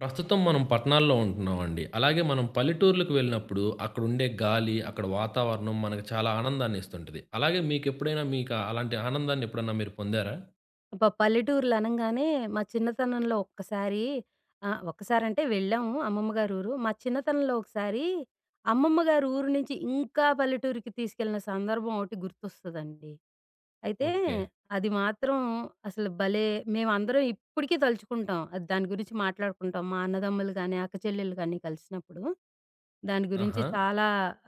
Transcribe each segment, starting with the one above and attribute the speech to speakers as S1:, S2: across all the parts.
S1: ప్రస్తుతం మనం పట్టణాల్లో ఉంటున్నామండి. అలాగే మనం పల్లెటూర్లకు వెళ్ళినప్పుడు అక్కడుండే గాలి, అక్కడ వాతావరణం మనకు చాలా ఆనందాన్ని ఇస్తుంటది. అలాగే మీకెప్పుడైనా మీకు అలాంటి ఆనందాన్ని ఎప్పుడన్నా మీరు పొందారా?
S2: అబ్బా! పల్లెటూర్లు అనంగానే మా చిన్నతనంలో ఒక్కసారి ఒక్కసారంటే వెళ్ళాము అమ్మమ్మ గారి ఊరు. మా చిన్నతనంలో ఒకసారి అమ్మమ్మ గారి ఊరు నుంచి ఇంకా పల్లెటూరికి తీసుకెళ్ళిన సందర్భం ఒకటి గుర్తొస్తదండి. అయితే
S1: ఓకే.
S2: అది మాత్రం అసలు భలే! మేమందరం ఇప్పటికీ తలుచుకుంటాం. అది దాని గురించి మాట్లాడుకుంటాం. మా అన్నదమ్ములు గానీ, అక్క చెల్లెలు గానీ కలిసినప్పుడు. దాని గురించి
S1: ఆహా!
S2: చాలా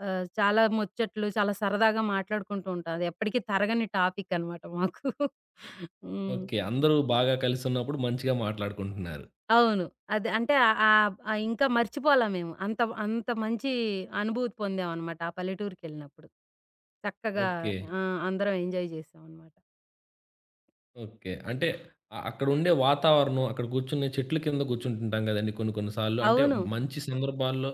S2: ఆహ్, చాలా ముచ్చట్లు చాలా సరదాగా మాట్లాడుకుంటూ ఉంటాం. అది ఎప్పటికీ తరగని టాపిక్ అనమాట మాకు. హ్మ్.
S1: ఓకే. అందరూ బాగా కలిసున్నప్పుడు మంచిగా మాట్లాడుకుంటున్నారు.
S2: అవును. అది అంటే ఆహ్, ఆహ్, ఆహ్, ఇంకా మర్చిపోలా మేము. అంత అంత మంచి అనుభూతి పొందామనమాట ఆ పల్లెటూరికెళ్ళినప్పుడు. చక్కగా
S1: ఓకే.
S2: ఆ! అందరం ఎంజాయ్ చేశామనమాట.
S1: ఓకే. అంటే అక్కడుండే వాతావరణం, అక్కడ కూర్చునే చెట్ల కింద కూర్చుంటుంటాం గదండీ కొన్ని కొన్ని సార్లు. అంటే
S2: అవును.
S1: మంచి సందర్భాల్లో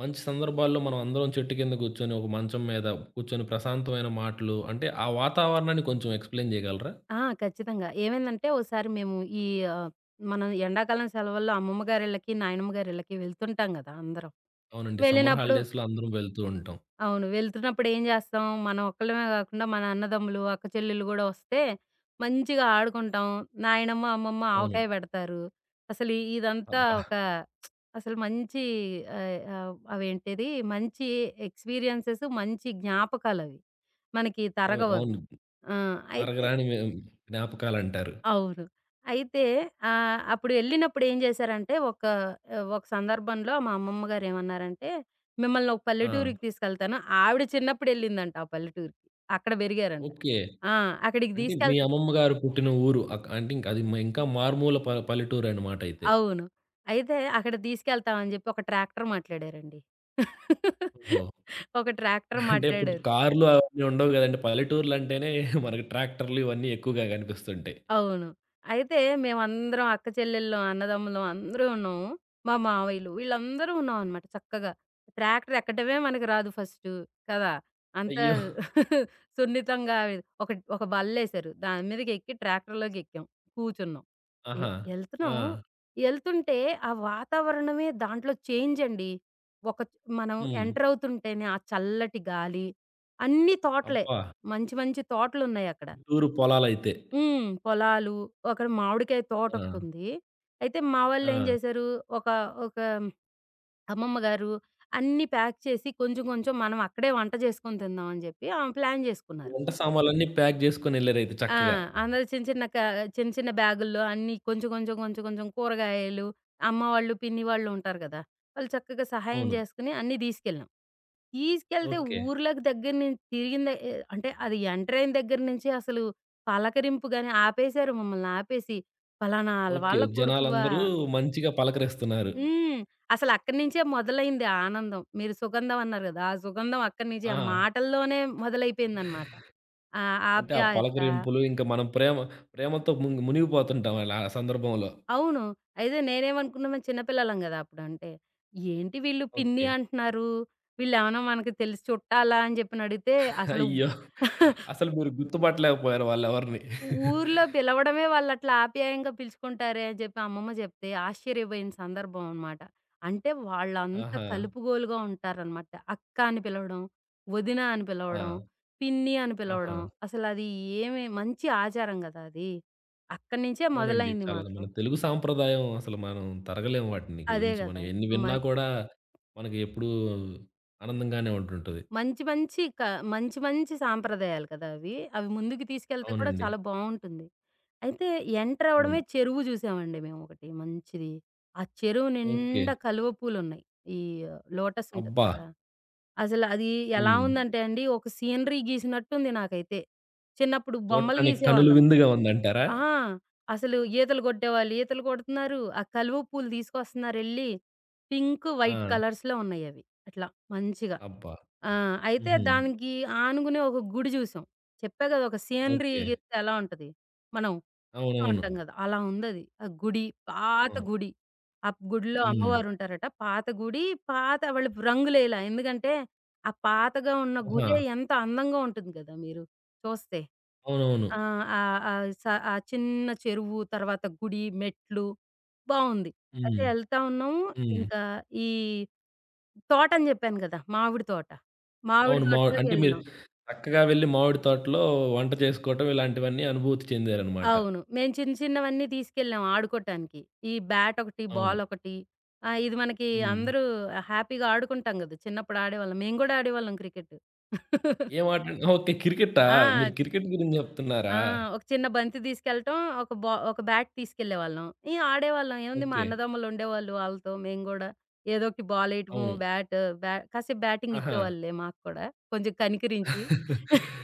S1: మంచి సందర్భాల్లో మనం అందరం చెట్టు కింద కూర్చొని, ఒక మంచం మీద కూర్చొని ప్రశాంతమైన మాటలు అంటే, ఆ వాతావరణాన్ని కొంచెం ఎక్స్‌ప్లెయిన్ చేయగలరా?
S2: ఆ! ఖచ్చితంగా. ఏమైందంటే ఓసారి మేము ఈ ఆహ్, మనం ఎండాకాలం సెలవుల్లో అమ్మమ్మ గారిళ్ళకి, నాయనమ్మ గారిళ్ళకి వెళ్తుంటాం గదా! అందరం.
S1: అవునండి. సమ్మర్
S2: వెళ్ళినప్పుడు
S1: హాలిడేస్‌లో అందరం వెళ్తూ ఉంటాం.
S2: అవును. వెళ్తున్నప్పుడు ఏం జేస్తాం, మనం ఒక్కళ్ళమే గాకుండా మన అన్నదమ్ములు, అక్క చెల్లెళ్ళు గూడా వస్తే మంచిగా ఆడుకుంటాం. నాయనమ్మ, అమ్మమ్మ
S1: అవును.
S2: ఆవకాయ బెడతారు. అసలు ఇదంతా
S1: అబ్బా!
S2: ఒక అసలు మంచి ఆహ్, ఆహ్, అవేంటిది మంచి ఎక్స్‌పీరియన్సెస్, మంచి జ్ఞాపకాలవి. మనకి
S1: అవ్
S2: తరగవవి.
S1: అవును.
S2: ఆ! అయితే
S1: అరగరాని మె జ్ఞాపకాలంటారు.
S2: అవును. అయితే అప్పుడు ఎళ్ళినప్పుడు ఏం జేశారంటే, ఒక సందర్భంలో మా అమ్మమ్మ గారు ఏమన్నారంటే, మిమ్మల్ని ఒక
S1: ఆ!
S2: పల్లెటూరికి తీసుకెళ్తాను. ఆవిడ చిన్నప్పుడు ఎళ్ళిందంట ఆ పల్లెటూరికి. అక్కడ బెరిగారంట.
S1: ఓకే.
S2: ఆ! అక్కడికి
S1: అంటే మీ
S2: తీసుకెళ్తా
S1: అమ్మమ్మ గారు పుట్టిన ఊరు అంటే ఇంక అది ఇంకా మారుమూల పల్లెటూరనమాట అయితే.
S2: అవును. అయితే అక్కడ తీసుకెళ్తామని జెప్పి ఒక ట్రాక్టర్ మాట్లాడారండి.
S1: ఓహో!
S2: ఒక ట్రాక్టర్
S1: అంటే ఇప్పుడు
S2: మాట్లాడారు.
S1: కార్లు అవన్నీ ఉండవు గదండీ. పల్లెటూర్లంటేనే మనకి ట్రాక్టర్లు ఇవన్నీ ఎక్కువగా కనిపిస్తుంటాయి.
S2: అవును. అయితే మేమందరం అక్క చెల్లెళ్ళం, అన్నదమ్ములం అందరూ ఉన్నాము. మా మావయ్యలు వీళ్ళందరూ ఉన్నామనమాట చక్కగా. ట్రాక్టర్ ఎక్కడమే మనకు రాదు ఫస్టు కదా! అంత
S1: అయ్యో!
S2: సున్నితంగా ఒక ఒక బల్లేశారు. దాని మీదకెక్కి ట్రాక్టర్‌లోకెక్కాం. కూర్చున్నాం. ఎ
S1: ఆహా! ఆ!
S2: ఎళ్తున్నాం. ఎళ్తుంటే ఆ వాతావరణమే దాంట్లో చేంజ్ అండి. ఒక మనం
S1: హ్మ్.
S2: ఎంటర్ అవుతుంటేనే ఆ చల్లటి గాలి, అన్ని తోటలే.
S1: అబ్బా!
S2: మంచి మంచి తోటలున్నాయక్కడ.
S1: టూరు పొలాలైతే.
S2: హ్మ్. పొలాలు, అక్కడ మామిడికాయ
S1: ఆ!
S2: తోటొకటుంది. అయితే మా
S1: ఆ!
S2: వాళ్ళేం జేశారు, ఒక ఒక అమ్మమ్మ గారు అన్నీ ప్యాక్ చేసి కొంచెం కొంచెం మనం అక్కడే వంట జేసుకొని తిందాం అని జెప్పి ఆమె ప్లాన్ జేసుకున్నారు.
S1: వంట సామాన్లన్నీ ప్యాక్ జేసుకొనెళ్లారైతే
S2: ఆ!
S1: చక్కగా.
S2: అందరూ చిన్న చిన్న క చిన్న చిన్న బ్యాగుల్లో అన్నీ కొంచెం కొంచెం కూరగాయలు, అమ్మ వాళ్ళు, పిన్ని వాళ్ళు ఉంటారు గదా! వాళ్ళు చక్కగా సహాయం
S1: అవును.
S2: జేసుకొని అన్నీ దీసుకెళ్ళాం. తీసుకెళ్తే
S1: ఓకే.
S2: ఊర్లోకి దగ్గర నుంచి తిరిగిన ద ఎ అంటే అది ఎంటర్ అయిన దగ్గర నుంచి అసలు పలకరింపు గాని ఆపేశారు మమ్మల్ని ఆపేసి. "పలానా
S1: ఓకే.
S2: వాళ్ళ కొడుకువా"
S1: జనాలందరూ మంచిగా పలకరిస్తున్నారు.
S2: హ్మ్. అసలు అక్కడి నుంచే మొదలైంది ఆనందం. మీరు సుగంధం అన్నారు గదా! ఆ సుగంధం అక్కడి నుంచి ఆ
S1: ఆ!
S2: మాటల్లోనే మొదలైపోయిందనమాట. ఆ
S1: అంటే ఆ
S2: ఆప్యాయత
S1: పలకరింపులు ఇంకా మనం ప్రేమతో మునిగిపోతుంటాం అలా ఆ సందర్భంలో.
S2: అవును. అయితే నేనేమనుకున్నాను చిన్న పిల్లలం గదా! అప్పుడు అంటే, ఏంటి వీళ్ళు పిన్ని
S1: ఓకే.
S2: అంటున్నారు. వీళ్ళేమన్నా మనకి తెలిసి చుట్టాలా అని జెప్పి అడిగితే అసలు
S1: అయ్యో! అసలు మీరు గుర్తుపట్టలేకపోయారు వాళ్ళెవరిని.
S2: ఊర్లో పిలవడమే వాళ్ళట్లా ఆప్యాయంగా పిలుచుకుంటారే అని చెప్పి అమ్మమ్మ చెప్తే ఆశ్చర్యపోయిన సందర్భం అనమాట. అంటే వాళ్ళంత
S1: ఆహా!
S2: కలుపుగోలుగా ఉంటారనమాట. అక్క అని పిలవడం, వదిన అని పిలవడం,
S1: ఆ!
S2: పిన్ని అని
S1: ఆహా!
S2: పిలవడం. అసలది ఏమి మంచి ఆచారం గదా! అది. అక్కడి నుంచే
S1: అవునండి.
S2: మొదలైంది
S1: చాలా
S2: మాకు.
S1: మన తెలుగు సాంప్రదాయం అసలు మనం తరగలేము వాటిని
S2: అదే
S1: గురించి. మనం
S2: గదా!
S1: ఎన్ని
S2: మ
S1: విన్నా కూడా మనకి ఎప్పుడూ ఆనందంగానే ఉంటుంటది.
S2: మంచి మంచి క మంచి మంచి సాంప్రదాయాలు కదా అవి. అవి ముందుకు తీసుకెళ్తే కూడా
S1: అవునండి.
S2: చాలా బావుంటుంది. అయితే ఎంటర్ అవ్వడమే
S1: అవును.
S2: చెరువు చూసామండి మేమొకటి మంచిది. ఆ చెరువు
S1: ఓకే.
S2: నిండా కలువ పూలున్నాయి. ఈ లోటస్ ఉంటది
S1: అబ్బా!
S2: కదా! అసలు అది ఎలా
S1: హ్మ్.
S2: ఉందంటే అండి ఒక సీనరీ గీసినట్టుంది నాకైతే. చిన్నప్పుడు బొమ్మలు
S1: చూడటానికి కనుల
S2: గీసేవాళ్ళం.
S1: విందుగా ఉందంటారా?
S2: ఆ! అసలు ఈతలు కొట్టేవాళ్ళు ఈతలు కొడుతున్నారు. ఆ కలువ పూలు తీసుకొస్తున్నారెళ్లి. పింక్, వైట్
S1: ఆ!
S2: కలర్స్‌లో ఉన్నాయవి. అట్లా మంచిగా.
S1: అబ్బా!
S2: ఆ! అయితే
S1: హుహు.
S2: దానికి ఆనుగునే ఒక గుడి జూసాం. చెప్పా గదా! ఒక సీనరీ
S1: ఓకే.
S2: గీస్తే ఎలా ఉంటది. మనం చూస్తా
S1: అవునవును.
S2: ఉంటాం గదా! అలా ఉందది. ఆ గుడి పాత
S1: అవును.
S2: గుడి. ఆ గుడిలో
S1: హ్మ్.
S2: అమ్మవారుంటారట. పాత గుడి పాత వాళ్ళు రంగులేయలా. ఎందుకంటే, ఆ పాతగా ఉన్న
S1: ఆహా!
S2: గుడే ఎంత అందంగా ఉంటుంది గదా! మీరు చూస్తే.
S1: అవునవును.
S2: ఆ! ఆహ్, ఆహ్, స ఆ చిన్న చెరువు, తర్వాత గుడి, మెట్లు బావుంది. అయితే
S1: హ్మ్.
S2: ఎళ్తా ఉన్నాము.
S1: హ్మ్.
S2: ఇంకా ఈ తోటని జెప్పాను గదా! మామిడి తోట. మామిడి
S1: అవును. మావి అంటే మీరు
S2: తోటలోకెళ్ళాం.
S1: చక్కగా వెళ్లి మామిడి తోటలో వంట చేసుకోవటం ఇలాంటివన్నీ అనుభూతి చెందారనమాట.
S2: అవును. మేము చిన్న చిన్నవన్నీ తీసుకెళ్ళాం ఆడుకోటానికి. ఈ బ్యాట్ ఒకటి,
S1: అవును.
S2: బాల్ ఒకటి ఇది మనకి
S1: హ్మ్.
S2: అందరూ హ్యాపీగా ఆడుకుంటాం గదా! చిన్నప్పుడు ఆడేవాళ్ళం. మేము గూడా ఆడేవాళ్ళం క్రికెట్.
S1: ఏం ఆట అండి? ఓకే. క్రికెటా?
S2: ఆ!
S1: మీరు క్రికెట్ గురించి
S2: ఆ!
S1: చెప్తున్నారా?
S2: ఒక చిన్న బంతి తీసుకెళ్ళటం, ఒక బ్యాట్ తీసుకెళ్ళేవాళ్ళం. ఇగ ఆడేవాళ్ళం. ఏముంది మా
S1: ఓకే.
S2: అన్నదమ్ములుండేవాళ్ళు ఆళ్ళతో మేము గూడా. ఏదో ఒకటి బాలేయటము,
S1: అవును.
S2: బ్యాట్ బ్యా కాసేపు బ్యాటింగ్
S1: ఆహా!
S2: ఇచ్చేవాళ్ళులే మాకు కూడా. కొంచెం కనికరించి.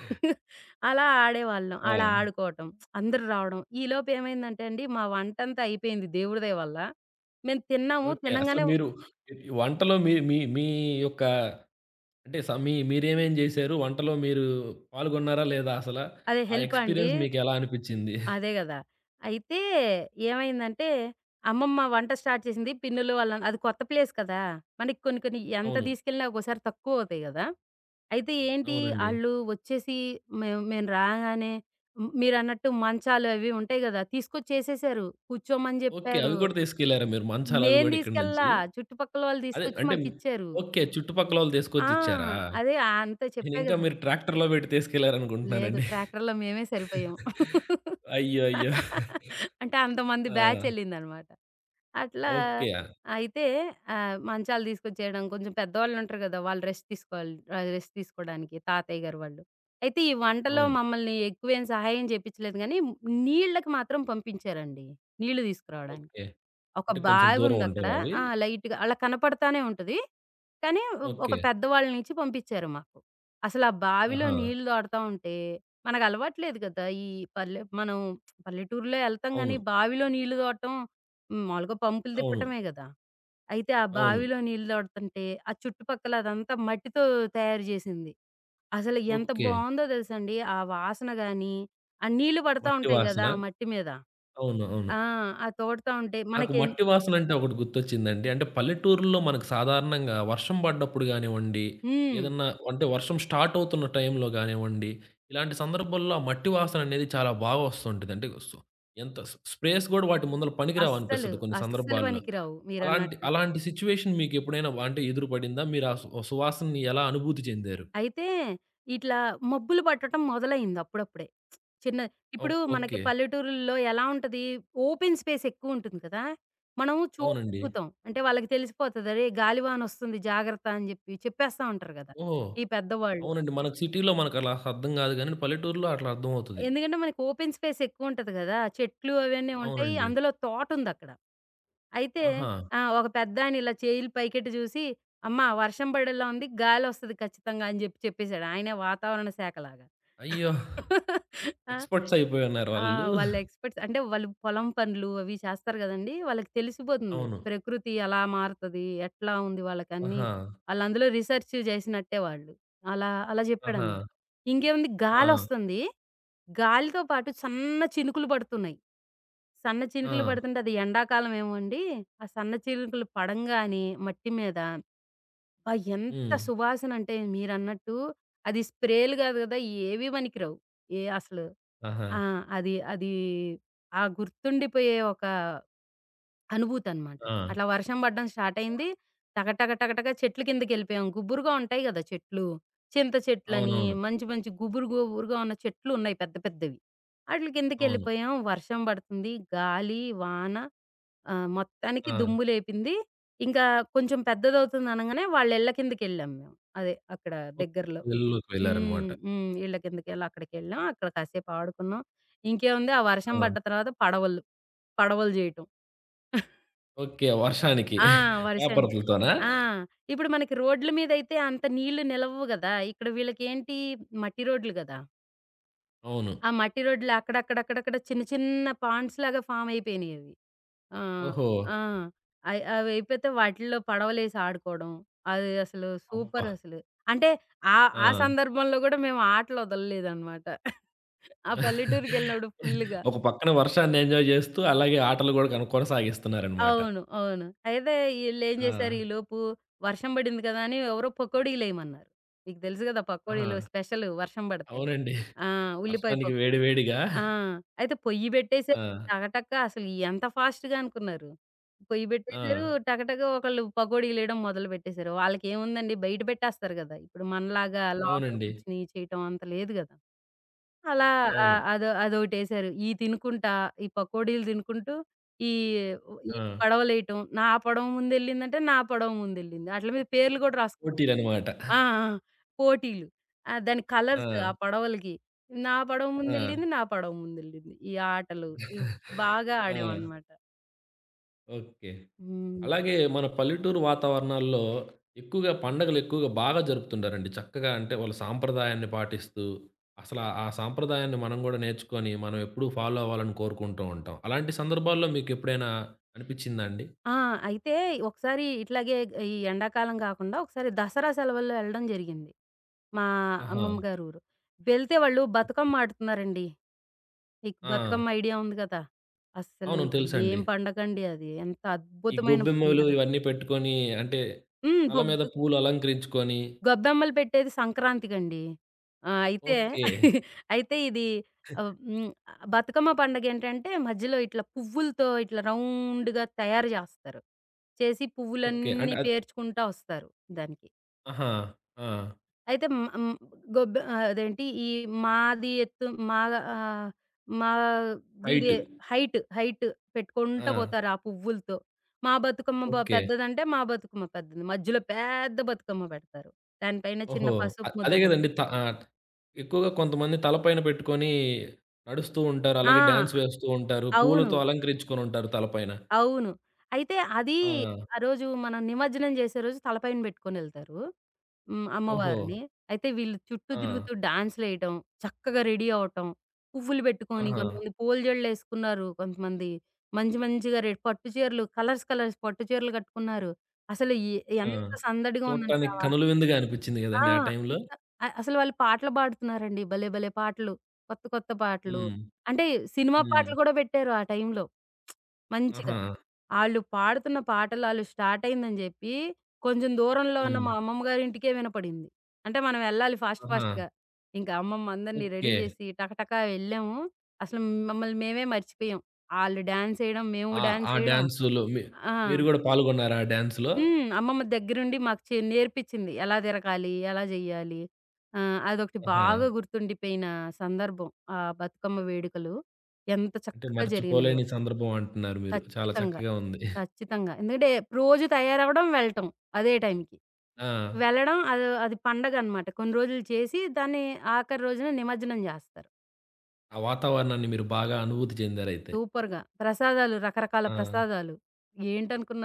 S2: అలా ఆడేవాళ్ళం.
S1: ఆ!
S2: అలా ఆడుకోవటం. అందరూ రావడం. ఈలోపు ఏమైందంటే అండి, మా వంటంతా అయిపోయింది దేవుడి దయ వల్ల. మేము తిన్నాము.
S1: ఓకే. అసలు
S2: తినంగానే
S1: మీరు ఈ వంటలో మీ మీ మీ యొక్క అంటే స మీ మీరేమేం జేశారు? వంటలో మీరు పాల్గొన్నారా లేదా అసలా?
S2: అదే
S1: ఆ
S2: హెల్పా అండి?
S1: ఎక్స్‌పీరియన్స్ మీకెలా అనిపిచ్చింది?
S2: అదే గదా! అయితే ఏమైందంటే, అమ్మమ్మ వంట స్టార్ట్ చేసింది. పిన్నులు వాళ్ళ అది కొత్త ప్లేస్ కదా! మనకి కొన్ని కొన్ని ఎంత
S1: అవును.
S2: తీసుకెళ్ళినా ఒక్కోసారి తక్కువవుతాయి గదా! అయితే ఏంటి
S1: అవునండి.
S2: ఆళ్ళు వచ్చేసి మేము మేము రాగానే హ్మ్, మీరన్నట్టు మంచాలు అవి ఉంటాయి గదా! తీసుకొచ్చేసేసారు. కూర్చోమని
S1: ఓకే.
S2: జెప్పారు.
S1: అవి కూడా తీసుకెళ్లారా మీరు? మంచాలవి
S2: మేం
S1: గూడా ఇక్కడి
S2: తీసుకెళ్ళలా
S1: నుంచి?
S2: చుట్టుపక్కల వాళ్ళు
S1: అదే
S2: తీసుకొచ్చి
S1: అంటే
S2: మాకిచ్చారు.
S1: ఓకే. చుట్టుపక్కలోళ్ళు
S2: ఆ!
S1: తీసుకొచ్చిచ్చారా?
S2: అదే అంతా చెప్పా
S1: నేనింకా
S2: గదా!
S1: మీరు ట్రాక్టర్‌లో పెట్టి
S2: లేదు.
S1: తీసుకెళ్లారనుకుంటున్నానండి.
S2: ట్రాక్టర్‌లో మేమే సరిపోయాం.
S1: అయ్యో! అయ్యో!
S2: అంటే అంతమంది బ్యాచ్
S1: ఆ!
S2: ఎళ్ళిందనమాట. అట్లా
S1: ఓకే.
S2: అయితే మంచాలు తీసుకొచ్చేయడం కొంచెం పెద్దవాళ్ళుంటారు గదా! వాళ్ళు రెస్ట్ తీసుకోవాలి. రెస్ట్ తీసుకోడానికి తాతయ్య గారు వాళ్ళు. అయితే ఈ వంటలో
S1: అవును.
S2: మమ్మల్ని ఎక్కువేం సహాయం చేపిచ్చలేదు గానీ, నీళ్ళకి మాత్రం పంపించారండి. నీళ్ళు తీసుకురావడానికి.
S1: ఓకే.
S2: ఒక
S1: అంటే కొంచెం దూరం
S2: బావుందక్కడ.
S1: ఉంటావా అవి?
S2: ఆ! లైట్‌గా అలా కనపడతానే ఉంటది. కానీ ఒక
S1: ఓకే.
S2: పెద్దవాళ్ళనిచ్చి పంపించారు మాకు. అసలు ఆ బావిలో
S1: ఆహా!
S2: నీళ్ళు తోడుతా ఉంటే మనకు అలవాటు లేదు గదా! ఈ పల్లె మనం పల్లెటూరులో ఎళ్తాం గానీ,
S1: అవును.
S2: బావిలో నీళ్ళు తోడటం హ్మ్. మాములుగా పంపులు
S1: అవును.
S2: తిప్పటమే గదా! అయితే ఆ
S1: అవును.
S2: బావిలో నీళ్ళు తోడుతుంటే ఆ చుట్టుపక్కల అదంతా మట్టితో తయారు జేసింది. అసలు ఎంత
S1: ఓకే.
S2: బావుందో తెలుసండి. ఆ వాసన గాని, ఆ నీళ్ళు పడతా
S1: మట్టి
S2: ఉంటాయి గదా!
S1: వాసన.
S2: ఆ మట్టి మీద.
S1: అవును. అవును.
S2: ఆ! ఆ తోడుతా ఉంటే
S1: నాకు
S2: మనకేన్
S1: మట్టి వాసనంటే ఒకటి గుర్తొచ్చిందండి. అంటే పల్లెటూరుల్లో మనకు సాధారణంగా వర్షం పడ్డప్పుడు గానివ్వండి,
S2: హ్మ్.
S1: ఏదన్నా అంటే వర్షం స్టార్ట్ అవుతున్న టైంలో గానివ్వండి, ఇలాంటి సందర్భాల్లో ఆ మట్టి వాసననేది చాలా బాగా వస్తుంటది. అంటే ఎంత స్ప్రేస్ గూడా వాటి ముందల
S2: అస్సలు,
S1: పనికిరావనిపిస్తది కొన్ని
S2: అస్సలు
S1: సందర్భాల్లో.
S2: పనికిరావు
S1: అలాంటి
S2: మీరన్నట్టు.
S1: అలాంటి సిట్యుయేషన్ మీకెప్పుడైనా అంటే ఎదురు పడిందా? మీరు ఆ సువాసనని ఎలా అనుభూతి చెందారు?
S2: అయితే ఇట్లా మబ్బులు పట్టటం మొదలైంది అప్పుడప్పుడే. చిన్న ఇప్పుడు
S1: ఓహ్!
S2: మనకి
S1: ఓకే.
S2: పల్లెటూరుల్లో ఎలా ఉంటది? ఓపెన్ స్పేస్ ఎక్కువుంటుంది కదా! మనం
S1: అవునండి.
S2: చూడగలుగుతాం. అంటే వాళ్ళకి తెలిసిపోతది. "అరే! గాలివానొస్తుంది జాగ్రత్త" అని జెప్పి చెప్పేస్తా ఉంటారు గదా!
S1: ఓహ్!
S2: ఈ పెద్దవాళ్ళు.
S1: అవునండి.
S2: ఇట్ల
S1: మనకు సిటీలో మనకలా అర్థం గాదు గానీ, పల్లెటూరులో అట్లా అర్థమవుతది.
S2: ఎందుకంటే మనకి ఓపెన్ స్పేస్ ఎక్కువుంటది గదా! చెట్లు అవన్నీ ఉంటాయి.
S1: అవునండి.
S2: అందులో తోటుందక్కడ. అయితే
S1: ఆహా!
S2: ఆ! ఒక పెద్దాయన ఇలా చేయిలు పైకెట్టి జూసి, "అమ్మా! వర్షం బడేలా ఉంది. గాలొస్తది ఖచ్చితంగా" అని జెప్పి చెప్పేసాడు. ఆయనే వాతావరణ శాఖ లాగా.
S1: అయ్యో!
S2: ఆ!
S1: ఎక్స్‌పర్ట్స్ అయిపోయున్నారు
S2: ఆ!
S1: వాళ్ళు.
S2: వాళ్ళ ఎక్స్‌పర్ట్స్ అంటే వాళ్ళు పొలం పనులు అవి చేస్తారు గదండీ! వాళ్ళకి తెలిసిపోతుంది.
S1: అవును.
S2: ప్రకృతి ఎలా మారుతది? ఎట్లా ఉంది? వాళ్ళకన్నీ
S1: ఆహా!
S2: ఆళ్ళందులో రిసర్చ్ జేసినట్టే వాళ్ళు. అలా అలా
S1: ఆహా!
S2: జెప్పాడనమాట. ఇంకేముంది
S1: ఆ!
S2: గాలొస్తుంది. గాలితో పాటు సన్న చినుకులు పడుతున్నాయి. సన్న
S1: ఆ!
S2: చినుకులు పడుతుంటే అది ఎండాకాలమేమో అండి. ఆ సన్న చినుకులు పడంగానే మట్టి మీద అబ్బా! ఎంత
S1: హ్మ్.
S2: సువాసనంటే మీరన్నట్టు అది స్ప్రేలు గాదు గదా! ఏవి పనికిరావు. ఏ అసలు
S1: ఆహా!
S2: ఆ! అది, అది ఆ గుర్తుండిపోయే ఒక అనుభూతనమాట.
S1: ఆ!
S2: అట్లా వర్షం పడడం స్టార్ట్ అయింది. టక టక టక టక చెట్ల కిందకెళ్ళిపోయాం. గుబురుగా ఉంటాయి గదా చెట్లు. చింత చెట్లని,
S1: అవునవును.
S2: మంచి మంచి గుబురు గుబురుగా ఉన్న చెట్లు ఉన్నాయి పెద్ద పెద్దవి. ఆటిల
S1: అవును.
S2: కిందకెళ్ళిపోయాం. వర్షం పడుతుంది. గాలి, వాన మొత్తానికి
S1: ఆ!
S2: దుమ్ము లేపింది. ఇంకా కొంచెం పెద్దదవుతుంది అనంగానే వాళ్ళ ఇళ్ళ కిందకెళ్ళాం మేము. అదే అక్కడ
S1: ఓకే.
S2: దగ్గరలో.
S1: వెల్లోకి
S2: హ్మ్.
S1: వెళ్లారనమాట.
S2: హ్మ్. ఇళ్ళ కిందకెళ్ళి అక్కడికెళ్ళాం. అక్కడ కాసేపు ఆడుకున్నాం. ఇంకేముంది ఆ వర్షం
S1: ఆ!
S2: పడ్డ తర్వాత పడవలు. పడవలు జేయటం.
S1: ఓకే. వర్షానికి
S2: ఆ! వర్షానికి.
S1: పేపర్‌లతోనా?
S2: ఆ! ఇప్పుడు మనకి రోడ్ల మీదయితే అంత నీళ్లు నిలవ్వు గదా! ఇక్కడ వీళ్ళకేంటి మట్టి రోడ్లు గదా!
S1: అవును.
S2: ఆ మట్టి రోడ్లు అక్కడక్కడక్కడక్కడ చిన్న చిన్న పాండ్స్ లాగా ఫామ్ అయిపోయినాయి అవి. ఆ!
S1: ఓహో!
S2: ఆ! అవి అయిపోతే వాటిల్లో పడవలేసి ఆడుకోవడం. అది అసలు
S1: అబ్బా!
S2: సూపర్ అసలు. అంటే ఆ ఆ
S1: ఆ!
S2: సందర్భంలో గూడా మేము ఆటలు వదలలేదనమాట. ఆ పల్లెటూరికెళ్ళినప్పుడు ఫుల్లుగా.
S1: ఒక పక్కన వర్షాన్ని ఎంజాయ్ జేస్తూ, అలాగే ఆటలు గూడా కొనసాగిస్తున్నారనమాట.
S2: అవును. అవును. అయితే ఈళ్ళేం
S1: ఆ!
S2: జేశారు ఈలోపు వర్షం బడింది కదా! అని ఎవరో పకోడీలేయమన్నారు. మీకు తెలుసు గదా!
S1: ఆహా!
S2: పకోడీలు స్పెషల్ వర్షం బడితే.
S1: అవునండి.
S2: ఆ! ఉల్లిపాయ
S1: వర్షానికి వేడి
S2: పకోడీ.
S1: వేడిగా
S2: ఆ! అయితే పొయ్యి బెట్టేసారు
S1: ఆ!
S2: టకటక అసలు ఎంత ఫాస్ట్‌గా అనుకున్నారు. పొయ్యి
S1: ఆ!
S2: బెట్టేసారు టకటక ఒకళ్ళు పకోడీలేయడం మొదలు బెట్టేసారు. వాళ్ళకేముందండి బయట బెట్టేస్తారు గదా! ఇప్పుడు మనలాగా లోపల
S1: అవునండి.
S2: కూర్చొని చేయటం అంత లేదు గదా! అలా
S1: అవును.
S2: అదో అదోటేసారు. ఇయి తినుకుంటా, ఈ పకోడీలు తినుకుంటూ, ఈ ఉ ఈ
S1: ఆ!
S2: పడవలేయటం. నా పడవ ముందెళ్ళిందంటే, నా పడవ ముందెళ్ళింది. ఆటిల మీద పేర్లు గూడా రాసుకున్నాం.
S1: పోటీలనమాట.
S2: ఆ! ఆ! పోటీలు. ఆ! దాని
S1: ఆ!
S2: కలర్స్ ఆ పడవలకి. నా పడవ
S1: ఆ!
S2: ముందెళ్ళింది, నా పడవ ముందెళ్ళింది. ఈ ఆటలు ఇవ్ బాగా
S1: ఆ!
S2: ఆడామనమాట.
S1: ఓకే.
S2: హ్మ్.
S1: అలాగే మన పల్లెటూరు వాతావరణాల్లో ఎక్కువగా పండగలు ఎక్కువగా బాగా జరుపుతుంటారండి. చక్కగా అంటే వాళ్ళు సాంప్రదాయాన్ని పాటిస్తూ, అసల ఆ సాంప్రదాయాన్ని మనం గూడా నేర్చుకొని, మనం ఎప్పుడూ ఫాలో అవ్వాలని కోరుకుంటూ ఉంటాం. అలాంటి సందర్భాల్లో మీకెప్పుడైనా అనిపిచ్చిందా అండి?
S2: ఆ! అయితే ఒకసారి ఇట్లాగే ఈ ఎండాకాలం గాకుండా ఒకసారి దసరా సెలవుల్లో ఎళ్ళడం జరిగింది. మా
S1: ఆహా!
S2: అమ్మమ్మ గారి ఊరు. వెళ్తే వాళ్ళు
S1: ఓకే.
S2: బతుకమ్మ ఆడుతున్నారండి. మీకు
S1: ఆ!
S2: బతుకమ్మ ఐడియా ఉంది కదా! అస్సలు
S1: అవును.
S2: ఏం
S1: తెలుసండి.
S2: పండగండి అది. ఎంత
S1: ఈ
S2: అద్భుతమైన
S1: గొబ్బెమ్మలు
S2: పండగ.
S1: ఇవన్నీ పెట్టుకొని అంటే,
S2: హ్మ్.
S1: తల మీద
S2: బొగ్గు
S1: పూలు అలంకరించుకొని
S2: గొబ్బెమ్మలు పెట్టేది సంక్రాంతికండి. ఆ! అయితే
S1: ఓకే.
S2: అయితే ఇది ఆహ్, హ్మ్. బతుకమ్మ పండగేంటంటే మధ్యలో ఇట్లా పువ్వులతో ఇట్లా రౌండ్‌గా తయారు జేస్తారు. చేసి
S1: ఓకే.
S2: పువ్వులన్నీ
S1: అంటే
S2: పేర్చుకుంటా వస్తారు దానికి.
S1: ఆహా! ఆ!
S2: అయితే హ్మ్. హ్మ్. గొబ్బె ఆహ్, అదేంటి ఈ మాది ఎత్తు మా ఆహ్,
S1: హైట్.
S2: మాదిదే హైట్, హైట్
S1: ఆ!
S2: పెట్టుకుంటా పోతారు ఆ పువ్వులతో. మా బతుకమ్మ బ
S1: ఓకే.
S2: పెద్దదంటే మా బతుకమ్మ పెద్దది. మధ్యలో పెద్ద బతుకమ్మ పెడతారు. దానిపైన చిన్న
S1: ఓహో! అ
S2: పసుపు ముద్ద
S1: అదే
S2: పెడతారు.
S1: గదండీ! ఎక్కువగా కొంతమంది తలపైన పెట్టుకొని నడుస్తూ ఉంటారు.
S2: ఆ!
S1: అలాగే డాన్స్ వేస్తూ ఉంటారు.
S2: అవును.
S1: పూలతో అలంకరించుకొనుంటారు తలపైన.
S2: అవును. అయితే అది
S1: ఆ!
S2: ఆ రోజు మనం నిమజ్జనం చేసే రోజు తలపైన పెట్టుకొనెళ్తారు. హ్మ్. ఓకే.
S1: ఓహో!
S2: అమ్మవారిని. అయితే వీళ్ళు చుట్టూ
S1: ఆ!
S2: తిరుగుతూ డాన్స్‌లేయటం, చక్కగా రెడీ అవ్వటం, పువ్వులు పెట్టుకొని
S1: ఆహా!
S2: కొంతమంది పూల జడలేసుకున్నారు. కొంతమంది మంచి మంచిగా రెడ్ పట్టు చీరలు కలర్స్, కలర్స్ పట్టు చీరలు కట్టుకున్నారు. అసలు ఎ
S1: ఆ!
S2: ఎంత సందడిగా ఉందంటే ఆ!
S1: చూడటానికి
S2: వా-
S1: కనుల విందుగా అనిపిచ్చింది
S2: ఆ!
S1: గదండీ ఆ
S2: అంత
S1: టైంలో.
S2: అసలు వాళ్ళు పాటలు పాడుతున్నారండి. భలే! భలే! పాటలు. కొత్త కొత్త పాటలు.
S1: హ్మ్.
S2: అంటే సినిమా
S1: హ్మ్.
S2: పాటలు కూడా పెట్టారు ఆ టైంలో మంచిగా.
S1: ఆహా!
S2: ఆళ్ళు పాడుతున్న పాటలు ఆళ్ళు స్టార్ట్ అయిందని జెప్పి, కొంచెం దూరంలో ఉన్న
S1: హ్మ్.
S2: మా అమ్మమ్మ గారింటికే వినపడింది. అంటే మనం ఎళ్ళాలి ఫాస్ట్
S1: ఆహా!
S2: ఫాస్ట్‌గా. ఇంకా అమ్మమ్మ అందరిని రెడీ
S1: ఓకే.
S2: జేసి టకటకా వెళ్ళాము. అసలు మమ్మల్ని మేమే మర్చిపోయాం. ఆళ్ళు డాన్స్ ఎయడం, మేము
S1: ఆ!
S2: డాన్స్
S1: ఆ
S2: ఎయడం.
S1: డాన్సులో మీ
S2: ఆ!
S1: మీరు గూడా పాల్గొన్నారా ఆ డాన్స్‌లో?
S2: హ్మ్. అమ్మమ్మ దగ్గరుండి మాకు నేర్పించింది. ఎలా తిరగాలి? ఎలా జెయ్యాలి? అదొకటి
S1: ఆహా!
S2: బాగా గుర్తుండిపోయిన సందర్భం. ఆ బతుకమ్మ వేడుకలు ఎంత
S1: అంటే
S2: చక్కగా జరిగినాయో.
S1: మర్చిపోలేని సందర్భం అంటున్నారు మీరు. చాలా
S2: ఖచ్చితంగా.
S1: చక్కగా ఉంది.
S2: ఖచ్చితంగా. ఎందుకంటే రోజు తయారవ్వడం, వెళ్ళటం అదే టైంకి.
S1: ఆ!
S2: వెళ్ళడం అది అది పండగనమాట. కొన్ని రోజులు చేసి దాన్ని ఆఖరి రోజున నిమజ్జనం జేస్తారు.
S1: ఆ వాతావరణాన్ని మీరు బాగా అనుభూతి చెందారైతే.
S2: సూపర్‌గా. ప్రసాదాలు రకరకాల
S1: ఆ!
S2: ప్రసాదాలు.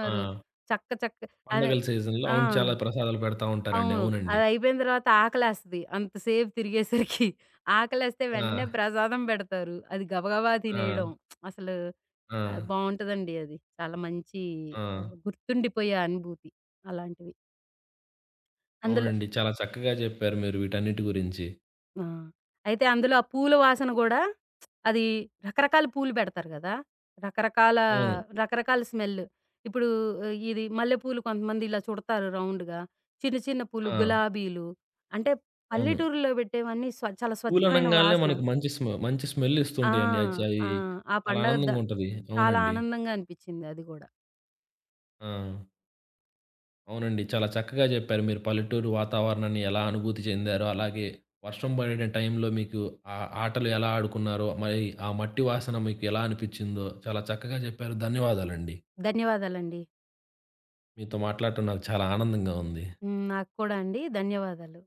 S1: ఆ!
S2: చక్క చక్క అదే
S1: పండగల సీజన్‌లో
S2: ఆ!
S1: అవును. చాలా ప్రసాదాలు పెడతా ఉంటారండి.
S2: అవును.
S1: అవునండి.
S2: అదయిపోయిన తర్వాత ఆకలేస్తది. అంతసేపు తిరిగేసరికి. ఆకలేస్తే
S1: ఆ!
S2: వెంటనే ప్రసాదం పెడతారు. అది గబగబా
S1: ఆ!
S2: తినేయడం. అసలు
S1: ఆ!
S2: బావుంటదండి అది. చాలా మంచి
S1: ఆ!
S2: గుర్తుండిపోయే అనుభూతి అలాంటివి. అందులో
S1: అవునండి. చాలా చక్కగా చెప్పారు మీరు వీటన్నిటి గురించి.
S2: ఆ! అయితే అందులో ఆ పూల వాసన గూడా అది రకరకాల పూలు పెడతారు గదా! రకరకాల
S1: అవును.
S2: రకరకాల స్మెల్. ఇప్పుడు ఇది మల్లెపూలు కొంతమంది ఇలా చుడతారు రౌండ్‌గా. చిన్న చిన్న పూలు
S1: ఆ!
S2: గులాబీలు. అంటే
S1: అవును.
S2: పల్లెటూరులో పెట్టేవన్నీ చాలా స్వచ్ఛమైన
S1: పూలనంగాల్నే
S2: వాసన.
S1: మనకు మంచి మంచి స్మెల్
S2: ఆ!
S1: ఇస్తుంటాయండి.
S2: ఆ!
S1: అచ్చయి
S2: ఆ
S1: చాలా
S2: పండగ ద
S1: ఆనందంగుంటది.
S2: చాలా
S1: అవునండి.
S2: ఆనందంగా అనిపిచ్చింది అది గూడా.
S1: ఆ! అవునండి. చాలా చక్కగా చెప్పారు. మీరు పల్లెటూరు వాతావరణాన్ని ఎలా అనుభూతి చెందారో, అలాగే వర్షం పడిన టైంలో మీకు ఆ ఆటలు ఎలా ఆడుకున్నారో, మరి ఆ మట్టి వాసన మీకు ఎలా అనిపిచ్చిందో చాలా చక్కగా చెప్పారు. ధన్యవాదాలండి.
S2: ధన్యవాదాలండి.
S1: మీతో మాట్లాడటం నాకు చాలా ఆనందంగా ఉంది.
S2: హ్మ్. నాకు కూడా అండి. ధన్యవాదాలు.